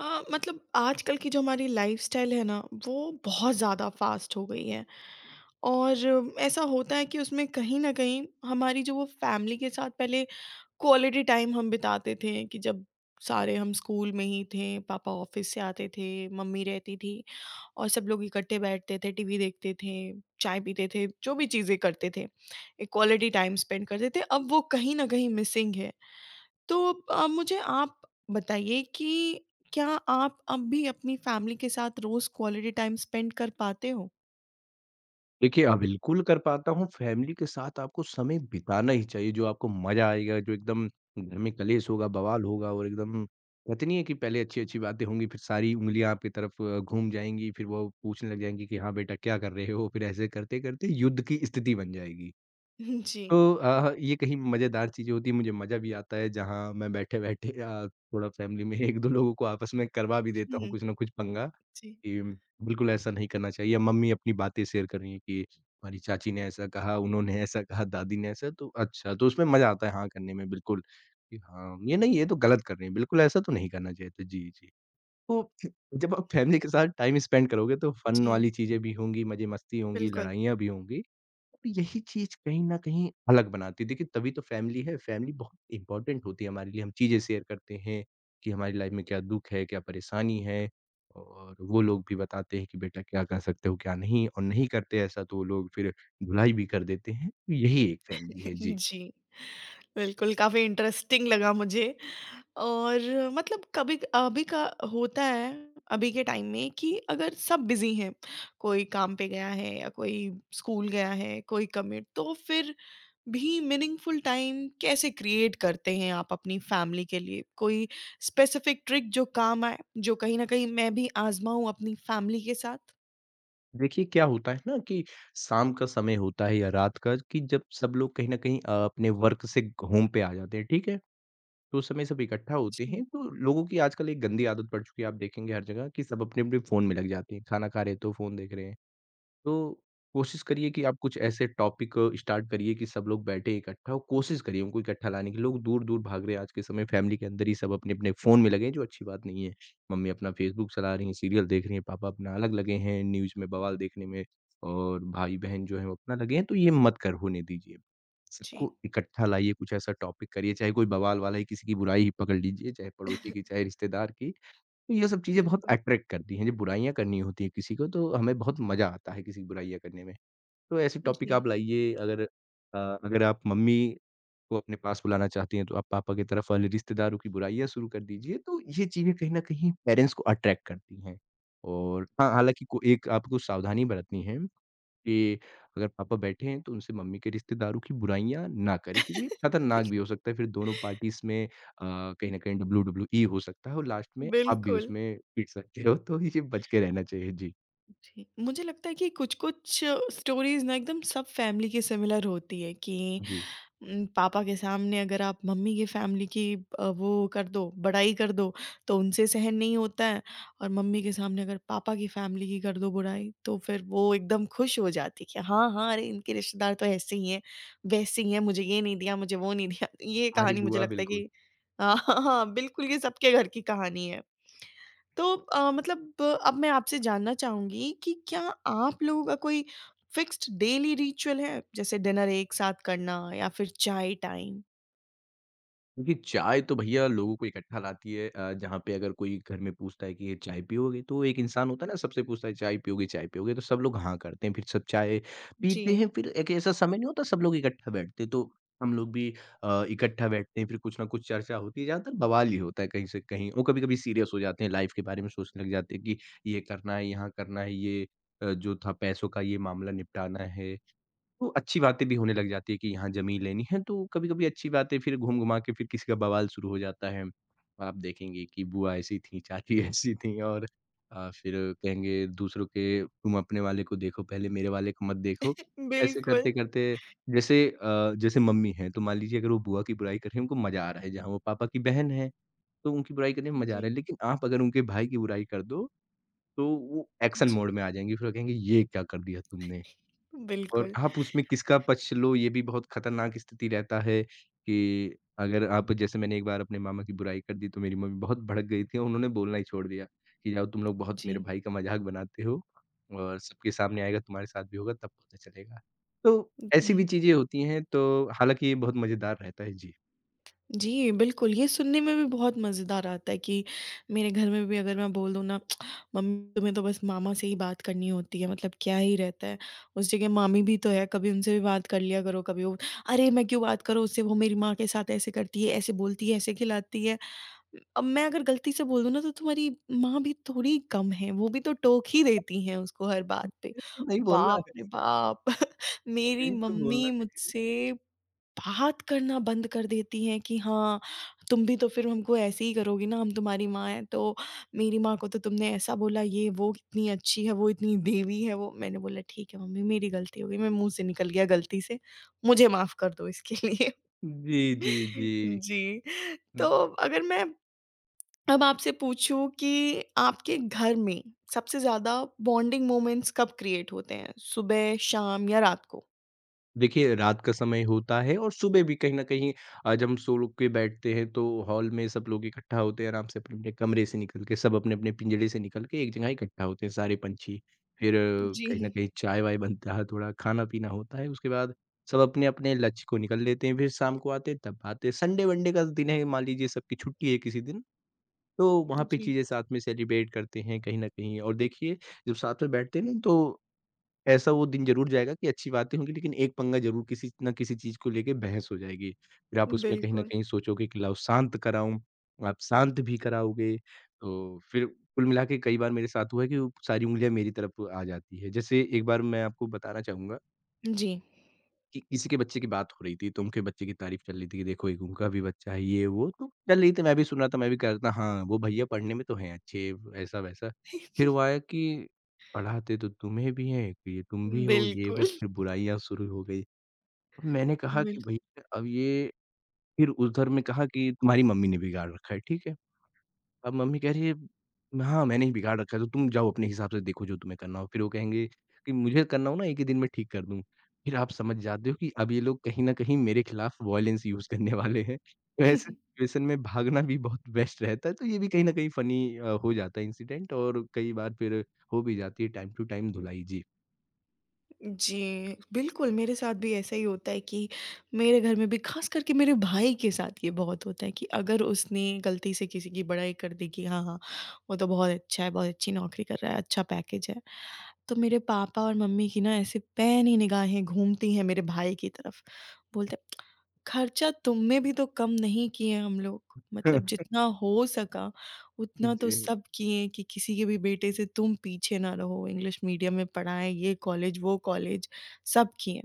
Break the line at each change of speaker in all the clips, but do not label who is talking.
मतलब आजकल की जो हमारी लाइफ़स्टाइल है ना, वो बहुत ज़्यादा फ़ास्ट हो गई है और ऐसा होता है कि उसमें कहीं न कहीं हमारी जो वो फ़ैमिली के साथ पहले क्वालिटी टाइम हम बिताते थे कि जब सारे हम स्कूल में ही थे, पापा ऑफ़िस से आते थे, मम्मी रहती थी और सब लोग इकट्ठे बैठते थे, टीवी देखते थे, चाय पीते थे, जो भी चीज़ें करते थे। एक क्वालिटी टाइम स्पेंड करते थे, अब वो कहीं न कहीं मिसिंग है। तो मुझे आप बताइए कि क्या आप अब भी अपनी फैमिली के साथ रोज़ क्वालिटी टाइम स्पेंड कर पाते हो?
देखिए, हाँ, बिल्कुल कर पाता हूँ। फैमिली के साथ आपको समय बिताना ही चाहिए, जो आपको मज़ा आएगा, जो एकदम घर में कलेश होगा, बवाल होगा और एकदम कहते नहीं है कि पहले अच्छी-अच्छी बातें होंगी, फिर सारी उँगलियाँ आपकी तरफ घूम जाएँगी, फिर वो पूछने लग जाएँगी कि, "हाँ बेटा, क्या कर रहे हो?" फिर ऐसे करते-करते युद्ध की स्थिति बन जाएगी।
जी।
तो ये कहीं मज़ेदार चीज़ें होती हैं, मुझे मज़ा भी आता है जहाँ मैं बैठे-बैठे थोड़ा फ़ैमिली में 1-2 लोगों को आपस में करवा भी देता हूँ
हुँ,
कुछ ना कुछ पंगा,
जी,
कि बिल्कुल ऐसा नहीं करना चाहिए या मम्मी अपनी बातें शेयर कर रही हैं कि हमारी चाची ने ऐसा कहा, उन्होंने ऐसा कहा, दादी ने ऐसा तो अच्छा, तो उसमें मज़ा आता है हाँ करने में बिल्कुल, कि हाँ, ये नहीं ये तो गलत कर रहे हैं, बिल्कुल ऐसा तो नहीं करना चाहिए था। जी, जी। तो फिर जब आप फ़ैमिली के साथ टाइम स्पेंड करोगे तो फ़न
जी,
वाली चीज़ें भी होंगी, मज़े-मस्ती होंगी,
बिल्कुल।
लड़ाइयाँ भी होंगी। और यही चीज़ कहीं न कहीं अलग बनाती है। देखिए, तभी तो फैमिली है, फैमिली बहुत इम्पोर्टेंट होती है हमारे लिए। हम चीज़ें शेयर करते हैं कि हमारी लाइफ़ में क्या दुःख है, क्या परेशानी है और वो लोग भी बताते हैं कि बेटा क्या कर सकते हो, क्या नहीं और नहीं करते ऐसा तो वो लोग फिर धुलाई भी कर देते हैं। तो यही एक फैमिली है। जी।
जी, बिल्कुल, काफ़ी इंटरेस्टिंग लगा मुझे और मतलब कभी अभी का होता है, अभी के टाइम में कि अगर सब बिज़ी हैं, कोई काम पे गया है या कोई स्कूल गया है, कोई कमिट तो फिर भी मीनिंगफुल टाइम कैसे क्रिएट करते हैं आप अपनी फैमिली के लिए? कोई स्पेसिफिक ट्रिक जो काम आए, जो कहीं न कहीं मैं भी आज़माऊँ अपनी फैमिली के साथ?
देखिए, क्या होता है ना कि शाम का समय होता है या रात का कि जब सब लोग कहीं न कहीं अपने वर्क से होम पे आ जाते हैं, ठीक है? तो उस समय सब इकट्ठा होते
जी,
हैं, तो लोगों की आजकल एक गंदी आदत पड़ चुकी है, आप देखेंगे हर जगह कि सब अपने-अपने फ़ोन में लग जाते हैं। खाना खा रहे हैं तो फ़ोन देख रहे हैं। तो कोशिश करिए कि आप कुछ ऐसे टॉपिक स्टार्ट करिए कि सब लोग बैठे इकट्ठा हो, कोशिश करिए उनको इकट्ठा लाने की। लोग दूर-दूर भाग रहे हैं आज के समय फैमिली के अंदर ही सब अपने-अपने फ़ोन में लगे हैं, जो अच्छी बात नहीं है। मम्मी अपना फ़ेसबुक चला रही हैं, सीरियल देख रही हैं, पापा अपना अलग लगे हैं न्यूज़ में बवाल देखने में और भाई-बहन जो हैं वो अपना लगे हैं, तो ये मत कर होने दीजिए।
जी।
सबको इकट्ठा लाइए, कुछ ऐसा टॉपिक करिए, चाहे कोई बवाल वाला ही किसी की बुराई ही पकड़ लीजिए, चाहे पड़ोसी की, चाहे रिश्तेदार की। तो ये सब चीज़ें बहुत
बिल्कुल,
अट्रैक्ट करती हैं, जब बुराइयाँ करनी होती हैं किसी को तो हमें बहुत मज़ा आता है किसी की बुराइयाँ करने में। तो ऐसे टॉपिक
जी।
आप लाइए अगर अगर आप मम्मी को अपने पास बुलाना चाहती हैं तो आप पापा की तरफ वाले रिश्तेदारों की बुराइयाँ शुरू कर दीजिए, तो ये चीज़ें कहीं न कहीं पेरेंट्स को अट्रैक्ट करती हैं। और हाँ, हालाँकि को एक आपको सावधानी बरतनी है कि अगर पापा बैठे हैं तो उनसे मम्मी के रिश्तेदारों की बुराइयाँ ना करें क्योंकि ये खतरनाक
बिल
भी हो सकता है। फिर दोनों पार्टीज़ में कहीं न कहीं डब्ल्यू-डब्ल्यू-ई हो सकता है और लास्ट में आप भी
बिल्कुल।
उसमें पिट सकते हो, तो ये बच के रहना चाहिए। जी,
जी, मुझे लगता है कि कुछ-कुछ स्टोरीज़ ना एकदम सब फैमिली के सिमिलर होती है कि
जी।
पापा के सामने अगर आप मम्मी की फैमिली की वो कर दो, बड़ाई कर दो, तो उनसे सहन नहीं होता है और मम्मी के सामने अगर पापा की फैमिली की कर दो बुराई, तो फिर वो एकदम खुश हो जाती है कि हाँ, हाँ, अरे इनके रिश्तेदार तो ऐसे ही हैं, वैसे ही हैं, मुझे ये नहीं दिया, मुझे वो नहीं दिया। ये
हमारी
कहानी मुझे
बुआ
लगता है
बिल्कुल
कि हाँ, हाँ, हाँ, बिल्कुल ये सबके घर की कहानी है। तो मतलब अब मैं आपसे जानना चाहूँगी कि क्या आप लोगों का कोई फिक्स्ड डेली रिचुअल है? जैसे डिनर एक साथ करना या फिर चाय टाइम?
क्योंकि चाय तो भैया लोगों को इकट्ठा लाती है जहाँ पे अगर कोई घर में पूछता है कि ये चाय पियोगे? तो एक इंसान होता है ना सबसे पूछता है चाय पियोगे, चाय पियोगे? तो सब लोग हाँ करते हैं, फिर सब चाय पीते
जी,
हैं, फिर एक ऐसा समय नहीं होता सब लोग इकट्ठा बैठते हैं, तो हम लोग भी इकट्ठा बैठते हैं, फिर कुछ ना कुछ चर्चा होती है, ज़्यादातर बवाल ही होता है कहीं से कहीं और कभी-कभी सीरियस हो जाते हैं, लाइफ के बारे में सोचने लग जाते हैं कि ये करना है, यहाँ करना है, ये जो था पैसों का ये मामला निपटाना है। तो अच्छी बातें भी होने लग जाती है कि यहाँ ज़मीन लेनी है, तो कभी-कभी अच्छी बातें फिर घूम-घुमा के फिर किसी का बवाल शुरू हो जाता है। आप देखेंगे कि बुआ ऐसी थी, चाची ऐसी थी और फिर कहेंगे दूसरों के तुम अपने वाले को देखो पहले मेरे वाले को मत देखो। ऐसे
बिल्कुल।
करते-करते जैसे जैसे मम्मी हैं, तो मान लीजिए अगर वो बुआ की बुराई कर रही हैं, उनको मज़ा आ रहा है, जहाँ वो पापा की बहन है, तो उनकी बुराई करने में मज़ा आ रहा
जी,
है, लेकिन आप अगर उनके भाई की बुराई कर दो, तो वो एक्शन
जी,
मोड में आ जाएँगी, फिर वो कहेंगे ये क्या कर दिया तुमने? और
बिल्कुल।
आप उसमें किसका पक्ष लो ये भी बहुत खतरनाक स्थिति रहता है कि अगर आप जैसे मैंने एक बार अपने मामा की बुराई कर दी तो मेरी मम्मी बहुत भड़क गई थी और उन्होंने बोलना ही छोड़ दिया कि जाओ तुम लोग बहुत मेरे
जी।
भाई का मज़ाक बनाते हो और सबके सामने आएगा तुम्हारे साथ भी होगा तब पता चलेगा। तो ऐसी भी
जी।
चीज़ें होती हैं तो हालाँकि ये बहुत मज़ेदार रहता है। जी।
जी, बिल्कुल, ये सुनने में भी बहुत मज़ेदार आता है कि मेरे घर में भी अगर मैं बोल दूँ ना, "मम्मी, तुम्हें तो बस मामा से ही बात करनी होती है, मतलब क्या ही रहता है? उस जगह मामी भी तो है, कभी उनसे भी बात कर लिया करो, कभी वो" "अरे! मैं क्यों बात करूँ उससे? वो मेरी माँ के साथ ऐसे करती है, ऐसे बोलती है, ऐसे खिलाती है।" अब मैं अगर गलती से बोल दूँ ना तो तुम्हारी माँ भी थोड़ी कम है, वो भी तो टोक ही देती हैं उसको हर बात पे।
नहीं तो नहीं बोलना
बाप
है,
रे बाप! मेरी
नहीं तो बोलना
मम्मी मुझसे बात करना बंद कर देती हैं कि हाँ, तुम भी तो फिर हमको ऐसे ही करोगी ना, हम तुम्हारी माँ हैं तो मेरी माँ को तो तुमने ऐसा बोला ये वो कितनी अच्छी है, वो इतनी देवी है वो। मैंने बोला ठीक है मम्मी मेरी गलती हो गई, मैं मुँह से निकल गया गलती से, मुझे माफ़ कर दो इसके लिए।
नहीं। जी, जी, जी।
जी, तो अगर मैं अब आपसे पूछूं कि आपके घर में सबसे ज़्यादा बॉन्डिंग मोमेंट्स कब क्रिएट होते हैं? सुबह, शाम या रात को?
देखिए, रात का समय होता है और सुबह भी कहीं न कहीं जब हम सो लोग के बैठते हैं तो हॉल में सब लोग इकट्ठा होते हैं आराम से अपने-अपने कमरे से निकल के, सब अपने-अपने पिंजड़े से निकल के एक जगह इकट्ठा होते हैं सारे पंछी। फिर
जी,
कहीं न कहीं चाय-वाय बनता है, थोड़ा खाना-पीना होता है, उसके बाद सब अपने-अपने लक्ष्य को निकल लेते हैं, फिर शाम को आते हैं तब आते हैं। संडे-वनडे का दिन है, मान लीजिए सबकी छुट्टी है किसी दिन, तो वहाँ पे
जी।
चीज़ें साथ में सेलिब्रेट करते हैं कहीं न कहीं और देखिए, जब साथ में बैठते हैं ना तो ऐसा वो दिन ज़रूर जाएगा कि अच्छी बातें होंगी लेकिन एक पंगा ज़रूर किसी ना किसी चीज़ को लेके बहस हो जाएगी। फिर आप उसमें कहीं न
बिल्कुल।
कहीं सोचोगे कि लाओ शांत कराऊँ, आप शांत भी कराओगे, तो फिर कुल मिला के कई बार मेरे साथ हुआ है कि वो सारी उँगलियाँ मेरी तरफ आ जाती है। जैसे एक बार मैं आपको बताना चाहूँगा
जी।
कि किसी के बच्चे की बात हो रही थी, तो उनके बच्चे की तारीफ़ चल रही थी कि देखो एक उनका भी बच्चा है ये वो, तो चल रही थी मैं भी सुन रहा था, मैं भी कह रहा था हाँ, वो भैया पढ़ने में तो हैं अच्छे, ऐसा-वैसा। फिर वो आया कि पढ़ाते तो तुम्हें भी हैं, तो ये तुम भी हो, ये वो,
बिल्कुल,
फिर बुराइयाँ शुरू हो गई। मैंने कहा
बिल्कुल।
कि भैया अब ये फिर उधर में कहा कि तुम्हारी मम्मी ने बिगाड़ रखा है, ठीक है? अब मम्मी कह रही है, "हाँ, मैंने ही बिगाड़ रखा है, तो तुम जाओ अपने हिसाब से देखो जो तुम्हें करना हो।" फिर वो कहेंगे कि मुझे करना हो ना एक ही दिन में ठीक कर दूँ। फिर आप समझ जाते हो कि अब ये लोग कहीं न कहीं मेरे खिलाफ वॉयलेंस यूज़ करने वाले हैं। तो ऐसे सिचुएशन में भागना भी बहुत बेस्ट रहता है, तो ये भी कहीं न कहीं फ़नी हो जाता है इंसिडेंट और कई बार फिर हो भी जाती है टाइम टू टाइम धुलाई। जी।
जी, बिल्कुल, मेरे साथ भी ऐसा ही होता है कि मेरे घर में भी ख़ास करके मेरे भाई के साथ ये बहुत होता है कि अगर उसने गलती से किसी की बड़ाई कर दी कि हाँ, हाँ, वो तो बहुत अच्छा है, बहुत अच्छी नौकरी कर रहा है, अच्छा पैकेज है। तो मेरे पापा और मम्मी की ना ऐसे पैनी निगाहें घूमती हैं मेरे भाई की तरफ। बोलते खर्चा तुम में भी तो कम नहीं किए हम लोग। मतलब जितना हो सका उतना तो
जी,
सब किए कि किसी के भी बेटे से तुम पीछे ना रहो, इंग्लिश मीडियम में पढ़ाएँ, ये कॉलेज, वो कॉलेज सब किए।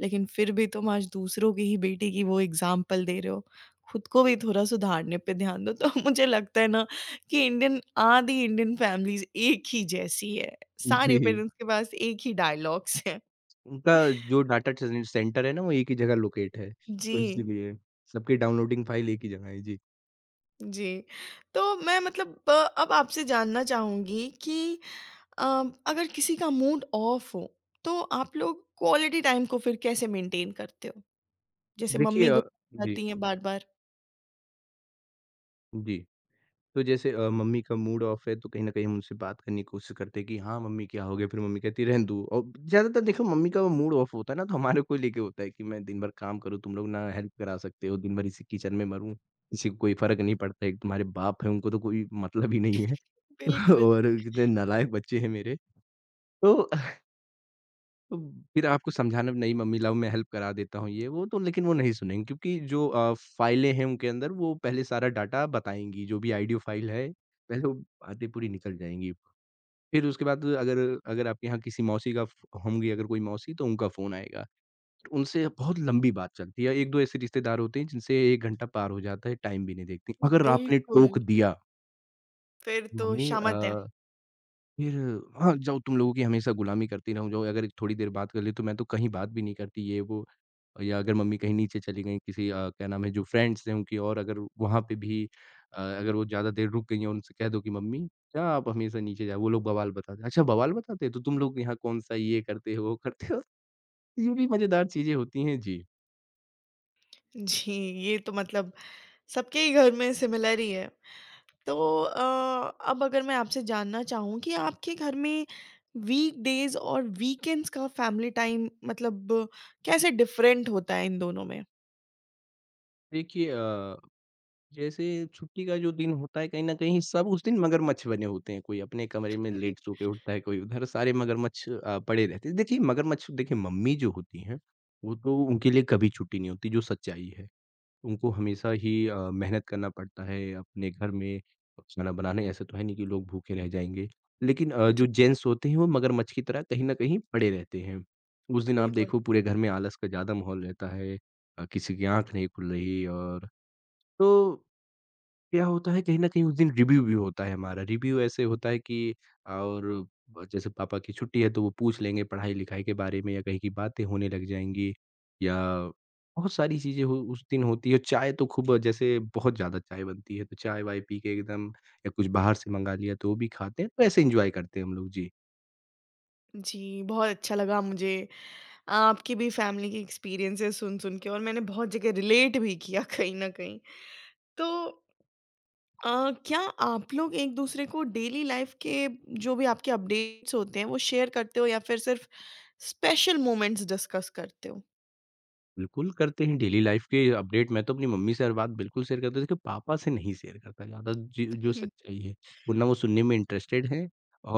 लेकिन फिर भी तुम आज दूसरों की ही बेटी की वो एग्ज़ाम्पल दे रहे हो। खुद को भी थोड़ा सुधारने पे ध्यान दो। तो मुझे लगता है ना कि इंडियन आधी इंडियन फ़ैमिलीज़ एक ही जैसी है। सारे
जी।
पेरेंट्स के पास एक ही डायलॉग्स हैं।
उनका जो डाटा सें सेंटर है ना वो एक ही जगह लोकेट है,
जी।
तो इसीलिए सबकी डाउनलोडिंग फाइल एक ही जगह है। जी।
जी। तो मैं मतलब अब आपसे जानना चाहूँगी कि अ, अगर किसी का मूड ऑफ हो, तो आप लोग क्वालिटी टाइम को फिर कैसे मेंटेन करते हो? जैसे
देखिए
मम्मी गुस्सा
जी।
आती हैं बार-बार।
जी, तो जैसे मम्मी का मूड ऑफ है तो कहीं न कहीं हम उनसे बात करने की कोशिश करते हैं कि हाँ, मम्मी क्या हो गया? फिर मम्मी कहती है रहने दो और ज़्यादातर देखो मम्मी का वो मूड ऑफ होता है ना तो हमारे को लेके होता है कि मैं दिन भर काम करूँ, तुम लोग ना हेल्प करा सकते हो, दिन भर इसी किचन में मरूँ, किसी को कोई फ़र्क नहीं पड़ता है, तुम्हारे बाप हैं उनको तो कोई मतलब ही नहीं है
बिल्कुल।
और कितने नालायक बच्चे हैं मेरे। तो तो फिर आपको समझाना भी नहीं मम्मी लाओ मैं हेल्प करा देता हूँ ये वो तो लेकिन वो नहीं सुनेंगी क्योंकि जो फाइलें हैं उनके अंदर वो पहले सारा डाटा बताएँगी, जो भी ऑडियो फाइल है, पहले वो बातें पूरी निकल जाएँगी। फिर उसके बाद अगर अगर आपके यहाँ किसी मौसी का फ होंगी अगर कोई मौसी तो उनका फ़ोन आएगा। तो उनसे बहुत लंबी बात चलती है, 1-2 ऐसे रिश्तेदार होते हैं जिनसे 1 घंटा पार हो जाता है, टाइम भी नहीं देखती। अगर आपने टोक
बिल्कुल,
दिया,
फिर तो
मम्मी
शामत है।
फिर हाँ, जाओ तुम लोगों की हमेशा गुलामी करती रहूँ, जाओ अगर थोड़ी देर बात कर ली तो मैं तो कहीं बात भी नहीं करती ये वो। या अगर मम्मी कहीं नीचे चली गईं किसी क्या नाम है जो फ्रेंड्स हैं उनकी और अगर वहाँ पे भी अगर वो ज़्यादा देर रुक गई हैं उनसे कह दो कि मम्मी क्या आप हमेशा नीचे जाओ? वो लोग बवाल बताते हैं। अच्छा बवाल बताते हैं? तो तुम लोग यहाँ कौन-सा ये करते हो, वो करते हो? ये भी मज़ेदार चीज़ें होती हैं। जी।
जी, ये तो मतलब सबके ही घर में सिमिलर ही है। तो अब अगर मैं आपसे जानना चाहूँ कि आपके घर में वीकडेज और वीकेंड्स का फैमिली टाइम मतलब कैसे डिफरेंट होता है इन दोनों में?
देखिए जैसे छुट्टी का जो दिन होता है कहीं न कहीं सब उस दिन मगरमच्छ बने होते हैं। कोई अपने कमरे में लेट सो के उठता है, कोई उधर सारे मगरमच्छ पड़े रहते हैं। देखिए मगरमच्छ देखिए मम्मी जो होती हैं, वो तो उनके लिए कभी छुट्टी नहीं होती जो सच्चाई है। उनको हमेशा ही मेहनत करना पड़ता है अपने घर में खाना बनाने ऐसा तो है नहीं कि लोग भूखे रह जाएँगे। लेकिन जो
जी
जेंट्स होते हैं वो मगरमच्छ की तरह कहीं न कहीं पड़े रहते हैं। उस दिन आप
बिल्कुल
देखो पूरे घर में आलस का ज़्यादा माहौल रहता है। किसी की आँख नहीं खुल रही और तो क्या होता है कहीं न कहीं उस दिन रिव्यू भी होता है हमारा। रिव्यू ऐसे होता है कि और ब जैसे पापा की छुट्टी है तो वो पूछ लेंगे पढ़ाई-लिखाई के बारे में या कहीं की बातें होने लग जाएँगी या बहुत सारी चीज़ें हो उस दिन होती है। चाय तो खूब जैसे बहुत ज़्यादा चाय बनती है तो चाय-वाय पी के एकदम या कुछ बाहर से मँगा लिया तो वो भी खाते हैं। तो ऐसे एन्जॉय करते हैं हम लोग। जी।
जी, बहुत अच्छा लगा मुझे आपकी भी फैमिली के एक्सपीरियंसेस सुन-सुन के और मैंने बहुत जगह रिलेट भी किया कहीं न कहीं। तो क्या आप लोग एक-दूसरे को डेली लाइफ़ के जो भी आपके अपडेट्स होते हैं वो शेयर करते हो या फिर सिर्फ़ स्पेशल मोमेंट्स डिस्कस करते हो?
बिल्कुल, करते हैं डेली लाइफ़ के अपडेट मैं तो अपनी मम्मी से हर बात बिल्कुल शेयर करता हूँ, देखिए पापा से नहीं शेयर करता ज़्यादा जी जो सच्चाई है, वो ना वो सुनने में इंटरेस्टेड हैं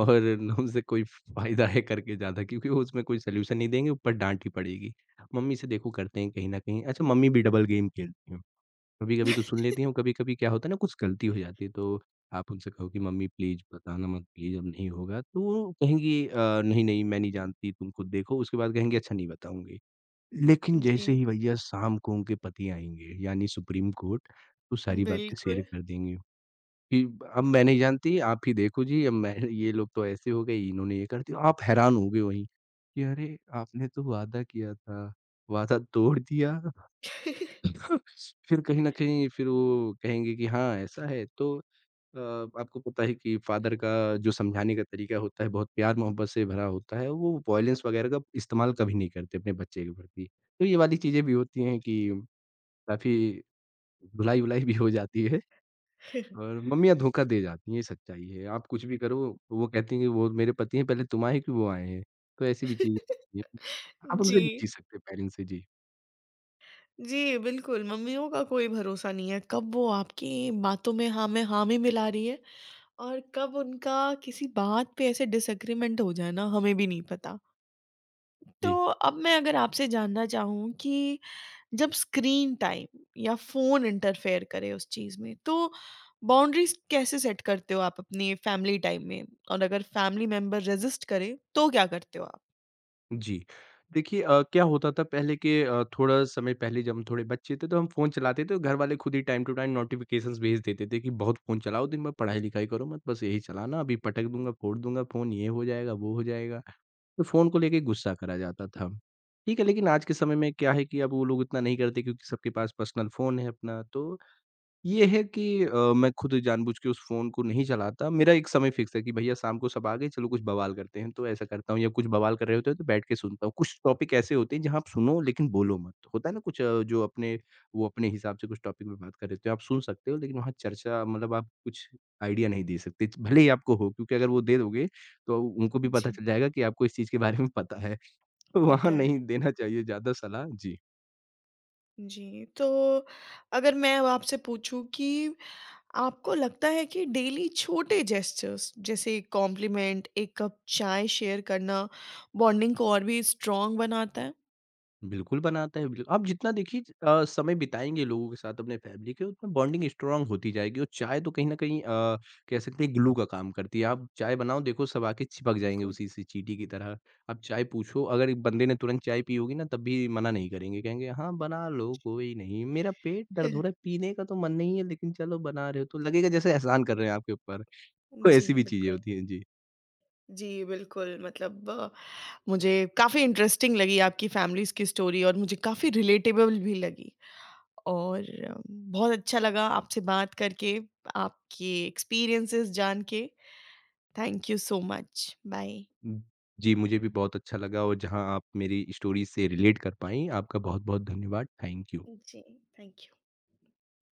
और ना उनसे कोई फ़ायदा है करके ज़्यादा क्योंकि वो उसमें कोई सॉल्यूशन नहीं देंगे, ऊपर डाँट ही पड़ेगी। मम्मी से देखो करते हैं कहीं न कहीं अच्छा मम्मी भी डबल गेम खेलती हैं, कभी-कभी तो सुन लेती हैं और कभी-कभी क्या होता है ना कुछ गलती हो जाती है तो आप उनसे कहो कि मम्मी प्लीज़ बताना मत प्लीज़ अब नहीं होगा, तो वो कहेंगी नहीं, नहीं मैं नहीं जानती तुम खुद देखो, उसके बाद कहेंगी अच्छा नहीं बताऊँगी। लेकिन
जी,
जैसे ही भैया शाम को उनके पति आएँगे, यानी सुप्रीम कोर्ट, तो सारी बातें शेयर
बिल्कुल।
कर देंगे कि अब मैं नहीं जानती, आप ही देखो जी, अब मैं ये लोग तो ऐसे हो गए, इन्होंने ये कर दिया। आप हैरान होगे वहीं कि अरे! आपने तो वादा किया था, वादा तोड़ दिया। फिर कहीं न कहीं फिर वो कहेंगे कि हाँ, ऐसा है तो अ, आपको पता है कि फ़ादर का जो समझाने का तरीका होता है, बहुत प्यार-मोहब्बत से भरा होता है, वो वॉयलेंस वगैरह का इस्तेमाल कभी नहीं करते अपने बच्चे के प्रति। तो ये वाली चीज़ें भी होती हैं कि काफ़ी धुलाई-वुलाई भी हो जाती है और मम्मियाँ धोखा दे जाती हैं, ये सच्चाई है। आप कुछ भी करो, वो कहती हैं कि वो मेरे पति हैं, पहले तुम आए कि वो आए हैं। तो ऐसी भी चीज़ें होती हैं। आप उनसे
जी।
नहीं जी सकते, पेरेंट्स से। जी।
जी, बिल्कुल, मम्मियों का कोई भरोसा नहीं है, कब वो आपकी बातों में हाँ में हाँ में मिला रही है और कब उनका किसी बात पे ऐसे डिसएग्रीमेंट हो जाए ना, हमें भी नहीं पता। तो
जी।
अब मैं अगर आपसे जानना चाहूँ कि जब स्क्रीन टाइम या फ़ोन इंटरफेयर करे उस चीज़ में, तो बाउंड्रीज़ कैसे सेट करते हो आप अपनी फैमिली टाइम में? और अगर फैमिली मेंबर रेज़िस्ट करे, तो क्या करते हो आप?
जी। देखिए क्या होता था पहले के थोड़ा समय पहले जब हम थोड़े बच्चे थे तो हम फ़ोन चलाते थे, तो घर वाले खुद ही टाइम टू टाइम नोटिफ़िकेशंस भेज देते थे कि बहुत फ़ोन चलाओ, दिन भर पढ़ाई-लिखाई करो मत, बस यही चलाना, अभी पटक दूँगा, फोड़ दूँगा फ़ोन, ये हो जाएगा, वो हो जाएगा। तो फ़ोन को लेके गुस्सा करा जाता था। ठीक है, लेकिन आज के समय में क्या है कि अब वो लोग इतना नहीं करते क्योंकि सबके पास पर्सनल फ़ोन है अपना, तो ये है कि मैं खुद जानबूझ के उस फ़ोन को नहीं चलाता। मेरा एक समय फ़िक्स है कि भैया शाम को सब आ गए, चलो कुछ बवाल करते हैं, तो ऐसा करता हूँ या कुछ बवाल कर रहे होते हैं तो बैठ के सुनता हूँ। कुछ टॉपिक ऐसे होते हैं जहाँ आप सुनो लेकिन बोलो मत। होता है ना कुछ जो अपने वो अपने हिसाब से कुछ टॉपिक पे बात कर रहे होते हो, आप सुन सकते हो लेकिन वहाँ चर्चा मतलब आप कुछ आइडिया नहीं दे सकते। भले ही आपको हो क्योंकि अगर वो दे दोगे तो उनको भी पता
जी,
चल जाएगा कि आपको इस चीज़ के बारे में पता है। तो वहाँ
पता है।
नहीं देना चाहिए ज़्यादा सलाह। जी।
जी, तो अगर मैं अब आपसे पूछूँ कि आपको लगता है कि डेली छोटे जेस्चर्स जैसे कॉम्प्लीमेंट, एक कप चाय शेयर करना बॉन्डिंग को और भी स्ट्रॉन्ग बनाता है?
बिल्कुल बनाता है, बिल आप जितना देखिए समय बिताएँगे लोगों के साथ अपने फैमिली के उतना बॉन्डिंग स्ट्रॉन्ग होती जाएगी और चाय तो कहीं न कहीं कह सकते हैं ग्लू का काम करती है। आप चाय बनाओ देखो सब आके चिपक जाएँगे
बिल्कुल।
उसी से चींटी की तरह। आप चाय पूछो अगर एक बंदे ने तुरंत चाय पी होगी ना तब भी मना नहीं करेंगे, कहेंगे हाँ, बना लो कोई नहीं, मेरा पेट दर्द हो रहा है, पीने का तो मन नहीं है लेकिन चलो बना रहे हो तो लगेगा जैसे एहसान कर रहे हैं आपके ऊपर। तो
जी,
ऐसी भी चीज़ें
बिल्कुल।
होती हैं। जी।
जी, बिल्कुल मतलब मुझे काफ़ी इंटरेस्टिंग लगी आपकी फैमिलीज़ की स्टोरी और मुझे काफ़ी रिलेटेबल भी लगी और बहुत अच्छा लगा आपसे बात करके, आपके एक्सपीरियंसेस जान के। Thank you so much. Bye.
हुँ। जी, मुझे भी बहुत अच्छा लगा और जहाँ आप मेरी स्टोरी से रिलेट कर पाईं, आपका बहुत-बहुत धन्यवाद। Thank you.
Okay. Thank you.